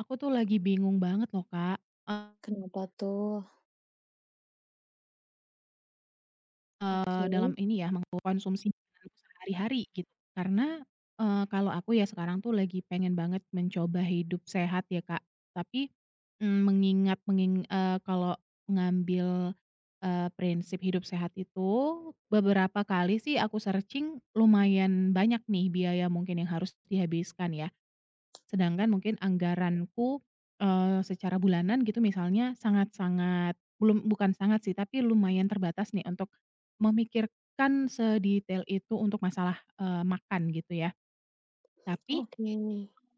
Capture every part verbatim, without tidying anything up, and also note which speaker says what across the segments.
Speaker 1: Aku tuh lagi bingung banget loh Kak,
Speaker 2: Kenapa tuh?
Speaker 1: eee,
Speaker 2: Oke.
Speaker 1: dalam ini ya mengkonsumsi makananku sehari-hari gitu. Karena, eee, kalau aku ya sekarang tuh lagi pengen banget mencoba hidup sehat ya Kak, tapi, mmm, mengingat menging eee, kalau ngambil, eee, prinsip hidup sehat itu beberapa kali sih aku searching lumayan banyak nih biaya mungkin yang harus dihabiskan ya. Sedangkan mungkin anggaranku, eee, secara bulanan gitu misalnya sangat-sangat belum bukan sangat sih, tapi lumayan terbatas nih untuk memikirkan sedetail itu untuk masalah, eee, makan gitu ya.
Speaker 2: Oh,
Speaker 1: Tapi
Speaker 2: oke.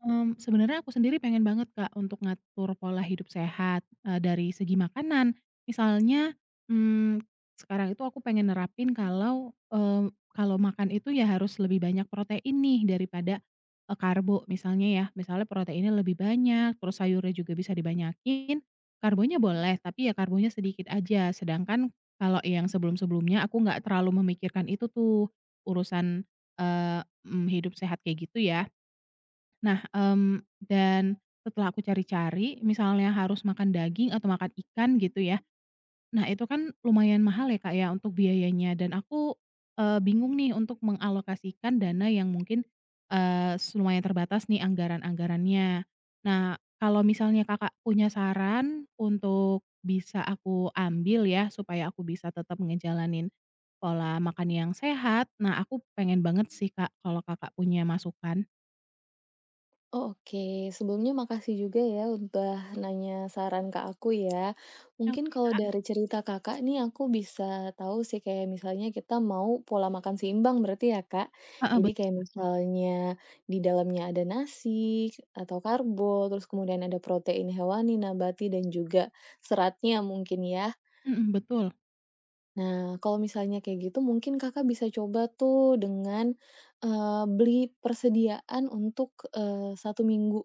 Speaker 1: Mmm, sebenarnya aku sendiri pengen banget, Kak, untuk ngatur pola hidup sehat, eee, dari segi makanan. Misalnya, mmm, sekarang itu aku pengen nerapin kalau, eee, kalau makan itu ya harus lebih banyak protein nih daripada, eee, karbo misalnya ya. Misalnya proteinnya lebih banyak, terus sayurnya juga bisa dibanyakin, karbonya boleh, tapi ya karbonya sedikit aja. Sedangkan kalau yang sebelum-sebelumnya aku nggak terlalu memikirkan itu tuh, urusan, eee, mmm, hidup sehat kayak gitu ya. Nah, mmm, dan setelah aku cari-cari, misalnya harus makan daging atau makan ikan gitu ya. Nah, itu kan lumayan mahal ya, Kak, ya, untuk biayanya dan aku, eee, bingung nih untuk mengalokasikan dana yang mungkin, eee, lumayan terbatas nih anggaran-anggarannya. Nah, kalau misalnya Kakak punya saran untuk bisa aku ambil ya, supaya aku bisa tetap ngejalanin pola makan yang sehat, nah aku pengen banget sih, Kak, kalau Kakak punya masukan.
Speaker 2: Oh, oke. Sebelumnya makasih juga ya udah nanya saran ke aku ya. Mungkin
Speaker 1: Oke.
Speaker 2: kalau dari cerita Kakak nih aku bisa tahu sih kayak misalnya kita mau pola makan seimbang berarti ya, Kak?
Speaker 1: Heeh.
Speaker 2: Jadi kayak misalnya di dalamnya ada nasi atau karbo, terus kemudian ada protein hewani, nabati, dan juga seratnya mungkin ya.
Speaker 1: Mhm, betul.
Speaker 2: Nah, kalau misalnya kayak gitu mungkin Kakak bisa coba tuh dengan, eee, beli persediaan untuk, eee, satu minggu.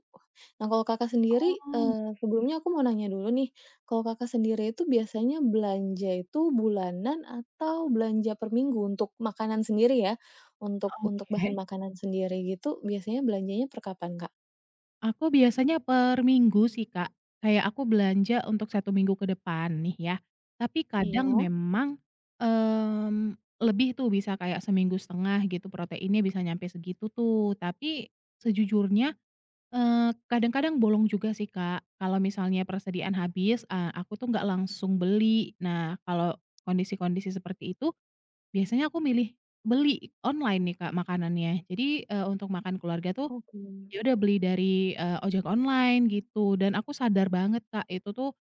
Speaker 2: Nah, kalau Kakak sendiri,
Speaker 1: Oh,
Speaker 2: eee, sebelumnya aku mau nanya dulu nih, kalau Kakak sendiri itu biasanya belanja itu bulanan atau belanja per minggu untuk makanan sendiri ya? Untuk untuk bahan
Speaker 1: oke.
Speaker 2: makanan sendiri gitu biasanya belanjanya per kapan, Kak?
Speaker 1: Aku biasanya per minggu sih, Kak. Kayak aku belanja untuk satu minggu ke depan nih ya, tapi kadang
Speaker 2: Iya.
Speaker 1: memang, mmm, lebih tuh bisa kayak seminggu setengah gitu proteinnya bisa nyampe segitu tuh. Tapi sejujurnya, eee, kadang-kadang bolong juga sih, Kak. Kalau misalnya persediaan habis, eee, aku tuh nggak langsung beli. Nah, kalau kondisi-kondisi seperti itu, biasanya aku milih beli online nih, Kak, makanannya. Jadi, eee, untuk makan keluarga tuh,
Speaker 2: Oke.
Speaker 1: ya udah beli dari, eee, ojek online gitu dan aku sadar banget, Kak, itu tuh,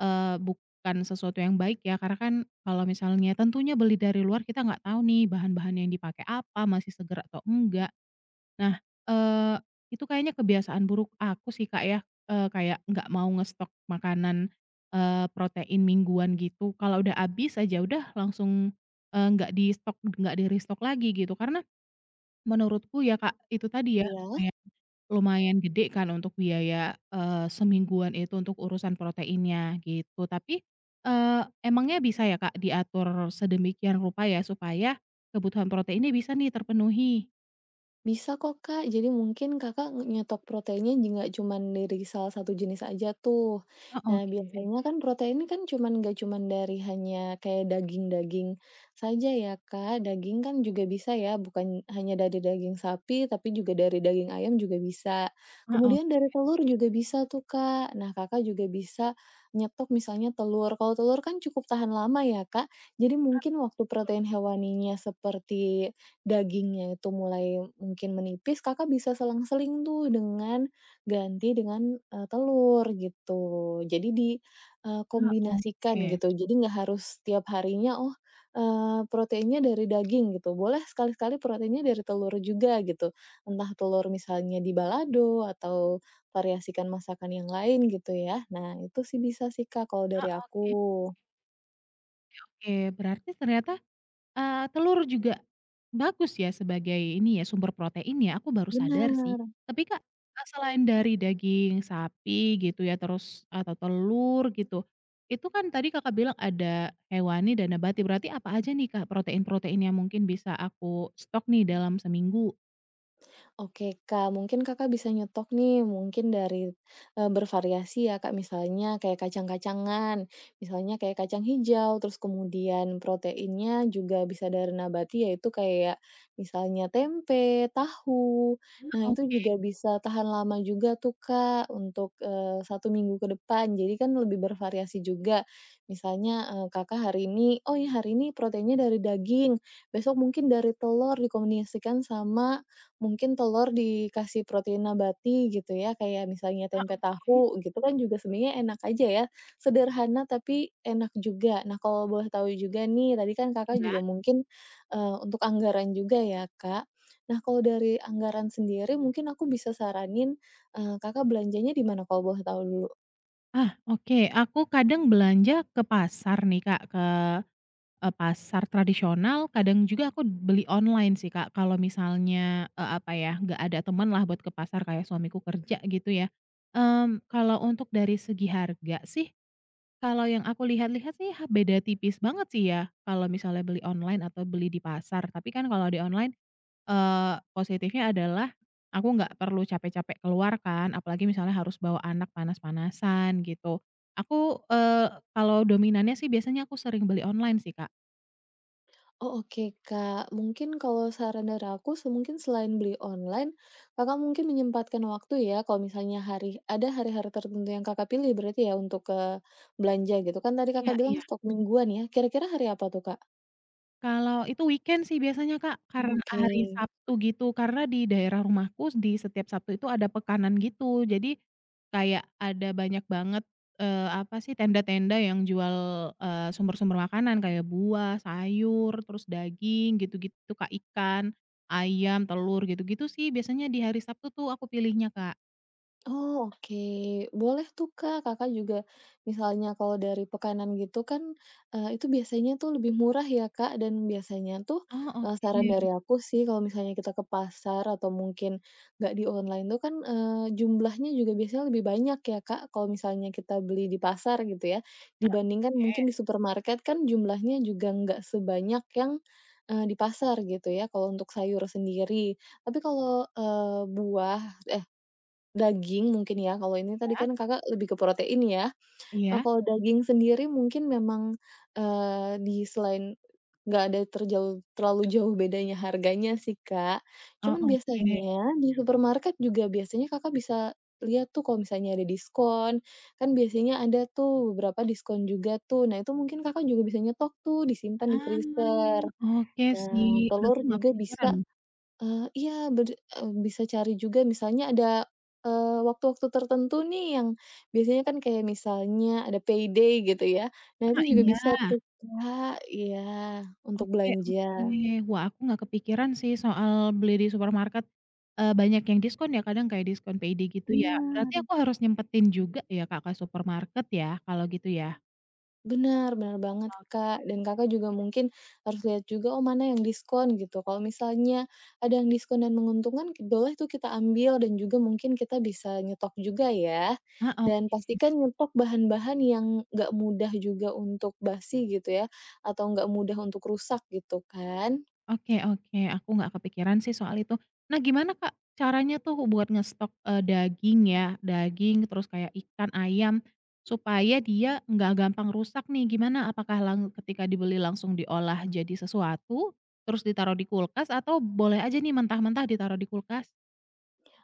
Speaker 1: eee, bukan sesuatu yang baik ya karena kan kalau misalnya tentunya beli dari luar kita nggak tahu nih bahan-bahan yang dipakai apa, masih seger atau enggak. Nah, eee, itu kayaknya kebiasaan buruk aku sih, Kak, ya, eee, kayak nggak mau ngestok makanan, eee, protein mingguan gitu. Kalau udah habis aja udah langsung, eee, nggak di-stok nggak di-restock lagi gitu. Karena menurutku ya, Kak, itu tadi ya
Speaker 2: Iya.
Speaker 1: lumayan lumayan gede kan untuk biaya, eee, semingguan itu untuk urusan proteinnya gitu. Tapi, eee, emangnya bisa ya, Kak, diatur sedemikian rupa ya supaya kebutuhan proteinnya bisa nih terpenuhi?
Speaker 2: Bisa kok, Kak. Jadi mungkin Kakak nge nyetok proteinnya j- nggak cuman dari salah satu jenis aja tuh.
Speaker 1: Oh,
Speaker 2: Nah, Mhm.
Speaker 1: oke.
Speaker 2: Biasanya kan protein ini kan cuman nggak cuman dari hanya kayak daging-daging saja ya, Kak. Daging kan juga bisa ya, bukan hanya dari daging sapi, tapi juga dari daging ayam juga bisa.
Speaker 1: Heeh.
Speaker 2: Kemudian dari telur juga bisa tuh, Kak. Nah, Kakak juga bisa nyetok misalnya telur. Kalau telur kan cukup tahan lama ya, Kak. Jadi mungkin waktu protein hewaninya seperti dagingnya itu mulai mungkin menipis, Kakak bisa selang-seling tuh dengan ganti dengan, eee, telur gitu. Jadi
Speaker 1: Ah,
Speaker 2: dikombinasikan
Speaker 1: oke.
Speaker 2: gitu, jadi nggak harus tiap harinya, oh, eee, proteinnya dari daging gitu, boleh sekali-sekali proteinnya dari telur juga gitu. Entah telur misalnya di balado atau variasikan masakan yang lain gitu ya. Nah itu sih bisa sih Kak kalau
Speaker 1: Ah,
Speaker 2: dari aku.
Speaker 1: oke oke oke. Berarti ternyata, eee, telur juga bagus ya sebagai ini ya, sumber protein ya, aku baru sadar sih.
Speaker 2: Benar.
Speaker 1: Tapi Kak, eee, selain dari daging sapi gitu ya, terus atau telur gitu, itu kan tadi Kakak bilang ada hewani dan nabati, berarti apa aja nih Kak protein-protein yang mungkin bisa aku stok nih dalam seminggu?
Speaker 2: Oke Kak, mungkin Kakak bisa nyetok nih, mungkin dari, eee, bervariasi ya Kak, misalnya kayak kacang-kacangan, misalnya kayak kacang hijau, terus kemudian proteinnya juga bisa dari nabati, yaitu kayak misalnya tempe, tahu. Nah,
Speaker 1: Ah,
Speaker 2: itu
Speaker 1: ok,
Speaker 2: juga bisa tahan lama juga tuh Kak, untuk, eee, satu minggu ke depan, jadi kan lebih bervariasi juga. Misalnya, eee, Kakak hari ini, "Oh ya hari ini proteinnya dari daging," besok mungkin dari telur dikombinasikan sama mungkin telur dikasih protein nabati gitu ya, kayak misalnya
Speaker 1: ah,
Speaker 2: tempe
Speaker 1: oke.
Speaker 2: tahu gitu kan juga sebenarnya enak aja ya, sederhana tapi enak juga. Nah kalau boleh tahu juga nih, tadi kan Kakak
Speaker 1: Iya.
Speaker 2: juga mungkin, eee, untuk anggaran juga ya Kak. Nah kalau dari anggaran sendiri mungkin aku bisa saranin, eee, Kakak belanjanya di mana kalau boleh tahu dulu?
Speaker 1: Ah, oke, aku kadang belanja ke pasar nih Kak, ke eee, pasar tradisional, kadang juga aku beli online sih, Kak. Kalau misalnya, eee, apa ya, nggak ada teman lah buat ke pasar kayak suamiku kerja gitu ya. Mmm, kalau untuk dari segi harga sih, kalau yang aku lihat-lihat sih ha beda tipis banget sih ya, kalau misalnya beli online atau beli di pasar. Tapi kan kalau di online, eee, positifnya adalah aku nggak perlu capek-capek keluar kan, apalagi misalnya harus bawa anak panas-panasan gitu. Aku, eee, kalau dominannya sih biasanya aku sering beli online sih, Kak.
Speaker 2: Oh, oke, Kak. Mungkin kalau saran dari aku se mungkin selain beli online, Kakak mungkin menyempatkan waktu ya kalau misalnya hari ada hari-hari tertentu yang Kakak pilih berarti ya untuk, ke belanja gitu kan tadi
Speaker 1: Iya,
Speaker 2: Kakak bilang
Speaker 1: iya.
Speaker 2: stok mingguan ya, kira-kira hari apa tuh, Kak?
Speaker 1: Kalau itu weekend sih biasanya, Kak, karena
Speaker 2: Oke.
Speaker 1: hari Sabtu gitu, karena di daerah rumahku di setiap Sabtu itu ada pekanan gitu. Jadi kayak ada banyak banget, eee, apa sih, tenda-tenda yang jual, eee, sumber-sumber makanan kayak buah, sayur, terus daging gitu-gitu, Kak, ikan, ayam, telur, gitu-gitu sih biasanya di hari Sabtu tuh aku pilihnya, Kak.
Speaker 2: Oh, oke. Boleh tuh, Kak. Kakak juga misalnya kalau dari Pekanan gitu kan, eee, itu biasanya tuh lebih murah ya, Kak, dan biasanya tuh,
Speaker 1: Oh,
Speaker 2: eee, saran
Speaker 1: oke.
Speaker 2: dari aku sih kalau misalnya kita ke pasar atau mungkin nggak di online tuh kan, eee, jumlahnya juga biasanya lebih banyak ya, Kak, kalau misalnya kita beli di pasar gitu ya, dibandingkan mungkin di
Speaker 1: Oke,
Speaker 2: supermarket kan jumlahnya juga nggak sebanyak yang, eee, di pasar gitu ya, kalau untuk sayur sendiri. Tapi kalau, eee, buah eh, daging mungkin ya, kalau ini tadi
Speaker 1: ya.
Speaker 2: kan Kakak lebih ke protein ya. Nah,
Speaker 1: Iya.
Speaker 2: kalau daging sendiri mungkin memang, eee, di selain nggak ada terjauh terlalu jauh bedanya harganya sih, Kak.
Speaker 1: Oh,
Speaker 2: Cuman
Speaker 1: oke.
Speaker 2: biasanya di supermarket juga biasanya Kakak bisa lihat tuh kalau misalnya ada diskon, kan biasanya ada tuh beberapa diskon juga tuh. Nah, itu mungkin Kakak juga bisa nyetok tuh, disimpan di
Speaker 1: Ah,
Speaker 2: freezer.
Speaker 1: oke sih.
Speaker 2: Nah, telur
Speaker 1: Aku nggak
Speaker 2: juga
Speaker 1: kepikiran.
Speaker 2: bisa. Eee, iya bed eee, bisa cari juga misalnya ada, eee, waktu-waktu tertentu nih yang biasanya kan kayak misalnya ada payday gitu ya. Nah
Speaker 1: Ah,
Speaker 2: itu juga
Speaker 1: iya.
Speaker 2: bisa tuh Kak iya, untuk
Speaker 1: Oke, oke.
Speaker 2: belanja.
Speaker 1: Wah, aku nggak kepikiran sih soal beli di supermarket, eee, banyak yang diskon ya, kadang kayak diskon payday gitu ya. Berarti
Speaker 2: Bener.
Speaker 1: aku harus nyempetin juga ya, Kak, ke supermarket ya, kalau gitu ya?
Speaker 2: Benar benar banget, Kak,
Speaker 1: Oke.
Speaker 2: dan Kakak juga mungkin harus lihat juga, oh, mana yang diskon gitu. Kalau misalnya ada yang diskon dan menguntungkan, boleh tuh kita ambil dan juga mungkin kita bisa nyetok juga ya.
Speaker 1: Heeh.
Speaker 2: Dan pastikan nyetok bahan-bahan yang nggak mudah juga untuk basi gitu ya, atau nggak mudah untuk rusak gitu kan.
Speaker 1: Oke, oke, aku nggak kepikiran sih soal itu. Nah gimana Kak, caranya tuh buat ngestok, eee, daging ya, daging terus kayak ikan, ayam, supaya dia nggak gampang rusak nih, gimana? Apakah lang ketika dibeli langsung diolah jadi sesuatu, terus ditaruh di kulkas atau boleh aja nih mentah-mentah ditaruh di kulkas?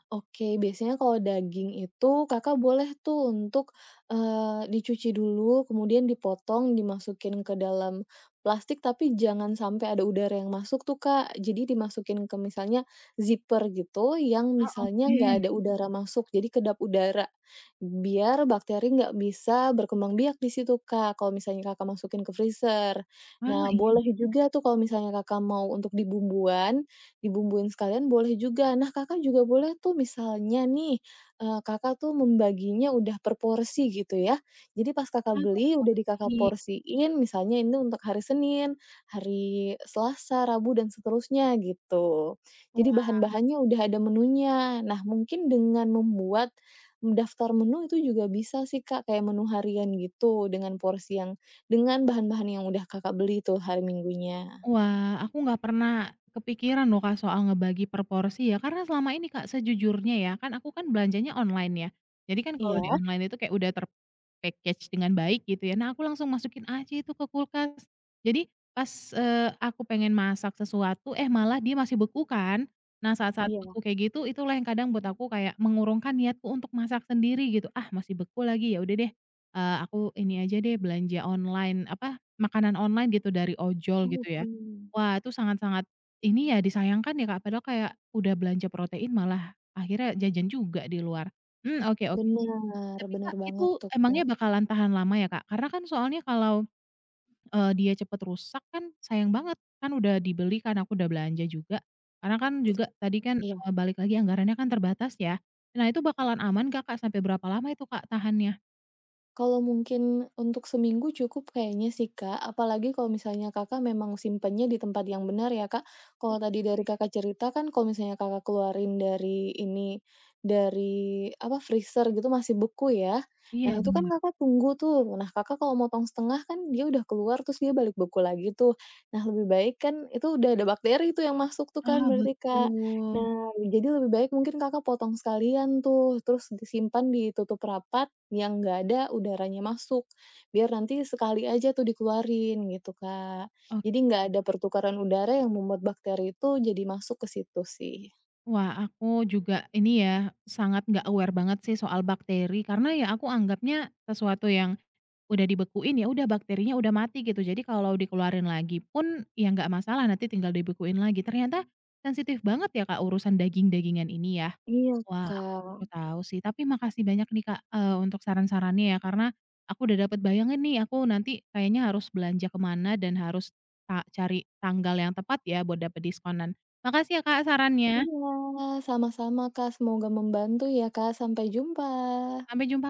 Speaker 2: Oke, biasanya kalau daging itu Kakak boleh tuh untuk, eee, dicuci dulu, kemudian dipotong, dimasukin ke dalam plastik, tapi jangan sampai ada udara yang masuk tuh, Kak. Jadi dimasukin ke misalnya zipper gitu, yang
Speaker 1: Ah,
Speaker 2: misalnya
Speaker 1: oke.
Speaker 2: nggak ada udara masuk, jadi kedap udara. Biar bakteri nggak bisa berkembang biak di situ, Kak, kalau misalnya Kakak masukin ke freezer.
Speaker 1: Ah,
Speaker 2: Nah,
Speaker 1: iya,
Speaker 2: boleh juga tuh kalau misalnya Kakak mau untuk dibumbuan. Dibumbuin sekalian boleh juga. Nah, Kakak juga boleh tuh misalnya nih, eee, Kakak tuh membaginya udah per porsi gitu ya. Jadi pas Kakak beli udah di Kakak
Speaker 1: konsumsi.
Speaker 2: porsiin, misalnya ini untuk hari Senin, hari Selasa, Rabu, dan seterusnya gitu. Jadi bahan-bahannya udah ada menunya. Nah, mungkin dengan membuat daftar menu itu juga bisa sih, Kak, kayak menu harian gitu dengan porsi yang dengan bahan-bahan yang udah Kakak beli tuh hari Minggunya.
Speaker 1: Wah, aku nggak pernah kepikiran loh, Kak, soal ngebagi per porsi ya, karena selama ini, Kak, sejujurnya ya, kan aku kan belanjanya online ya. Jadi kan kalau di
Speaker 2: Iya?
Speaker 1: online itu kayak udah terpackage dengan baik gitu ya. Nah, aku langsung masukin aja itu ke kulkas. Jadi pas, eee, aku pengen masak sesuatu, eh, malah dia masih beku kan. Nah, saat-saat
Speaker 2: Iya,
Speaker 1: beku kayak gitu, itulah yang kadang buat aku kayak mengurungkan niatku untuk masak sendiri gitu. "Ah, masih beku lagi, ya udah deh, eee, aku ini aja deh belanja online," apa, makanan online gitu dari ojol gitu ya.
Speaker 2: oke.
Speaker 1: Wah, itu sangat-sangat ini ya, disayangkan ya, Kak, padahal kayak udah belanja protein malah akhirnya jajan juga di luar. Mmm, oke, oke sih.
Speaker 2: Bener
Speaker 1: Tapi,
Speaker 2: bener
Speaker 1: Kak, itu
Speaker 2: banget tuh,
Speaker 1: emangnya
Speaker 2: Kak.
Speaker 1: bakalan tahan lama ya, Kak? Karena kan soalnya kalau, eee, dia cepet rusak kan sayang banget, kan udah dibeli kan, aku udah belanja juga. Karena kan juga tadi kan,
Speaker 2: Iya,
Speaker 1: eee, balik lagi anggarannya kan terbatas ya. Nah, itu bakalan aman nggak, Kak? Sampai berapa lama itu, Kak, tahannya?
Speaker 2: kalau mungkin untuk seminggu cukup kayaknya sih, Kak. Apalagi kalau misalnya Kakak memang simpennya di tempat yang benar ya, Kak. Kalau tadi dari Kakak cerita kan kalau misalnya Kakak keluarin dari ini, dari apa, freezer gitu masih beku ya. Nah
Speaker 1: Iya,
Speaker 2: itu kan
Speaker 1: bener.
Speaker 2: Kakak tunggu tuh. Nah Kakak kalau motong setengah kan dia udah keluar terus dia balik beku lagi tuh. Nah lebih baik kan itu udah ada bakteri tuh yang masuk tuh kan
Speaker 1: Ah,
Speaker 2: berarti, Kak.
Speaker 1: betul.
Speaker 2: Nah jadi lebih baik mungkin Kakak potong sekalian tuh, terus disimpan ditutup rapat yang nggak ada udaranya masuk, biar nanti sekali aja tuh dikeluarin gitu, Kak. Jadi
Speaker 1: Oke.
Speaker 2: nggak ada pertukaran udara yang membuat bakteri itu jadi masuk ke situ sih.
Speaker 1: Wah, aku juga ini ya, sangat nggak aware banget sih soal bakteri, karena ya aku anggapnya sesuatu yang udah dibekuin, ya udah bakterinya udah mati gitu. Jadi kalau dikeluarin lagi pun ya nggak masalah, nanti tinggal dibekuin lagi. Ternyata sensitif banget ya, Kak, urusan daging-dagingan ini ya.
Speaker 2: Iya,
Speaker 1: Wah, aku
Speaker 2: Kak.
Speaker 1: baru tahu sih, tapi makasih banyak nih, Kak, eee, untuk saran-sarannya ya, karena aku udah dapat bayangan nih, aku nanti kayaknya harus belanja kemana dan harus ta cari tanggal yang tepat ya buat dapet diskonan. Makasih ya, Kak, sarannya.
Speaker 2: Iya, sama-sama, Kak. Semoga membantu ya, Kak. Sampai jumpa.
Speaker 1: Sampai jumpa.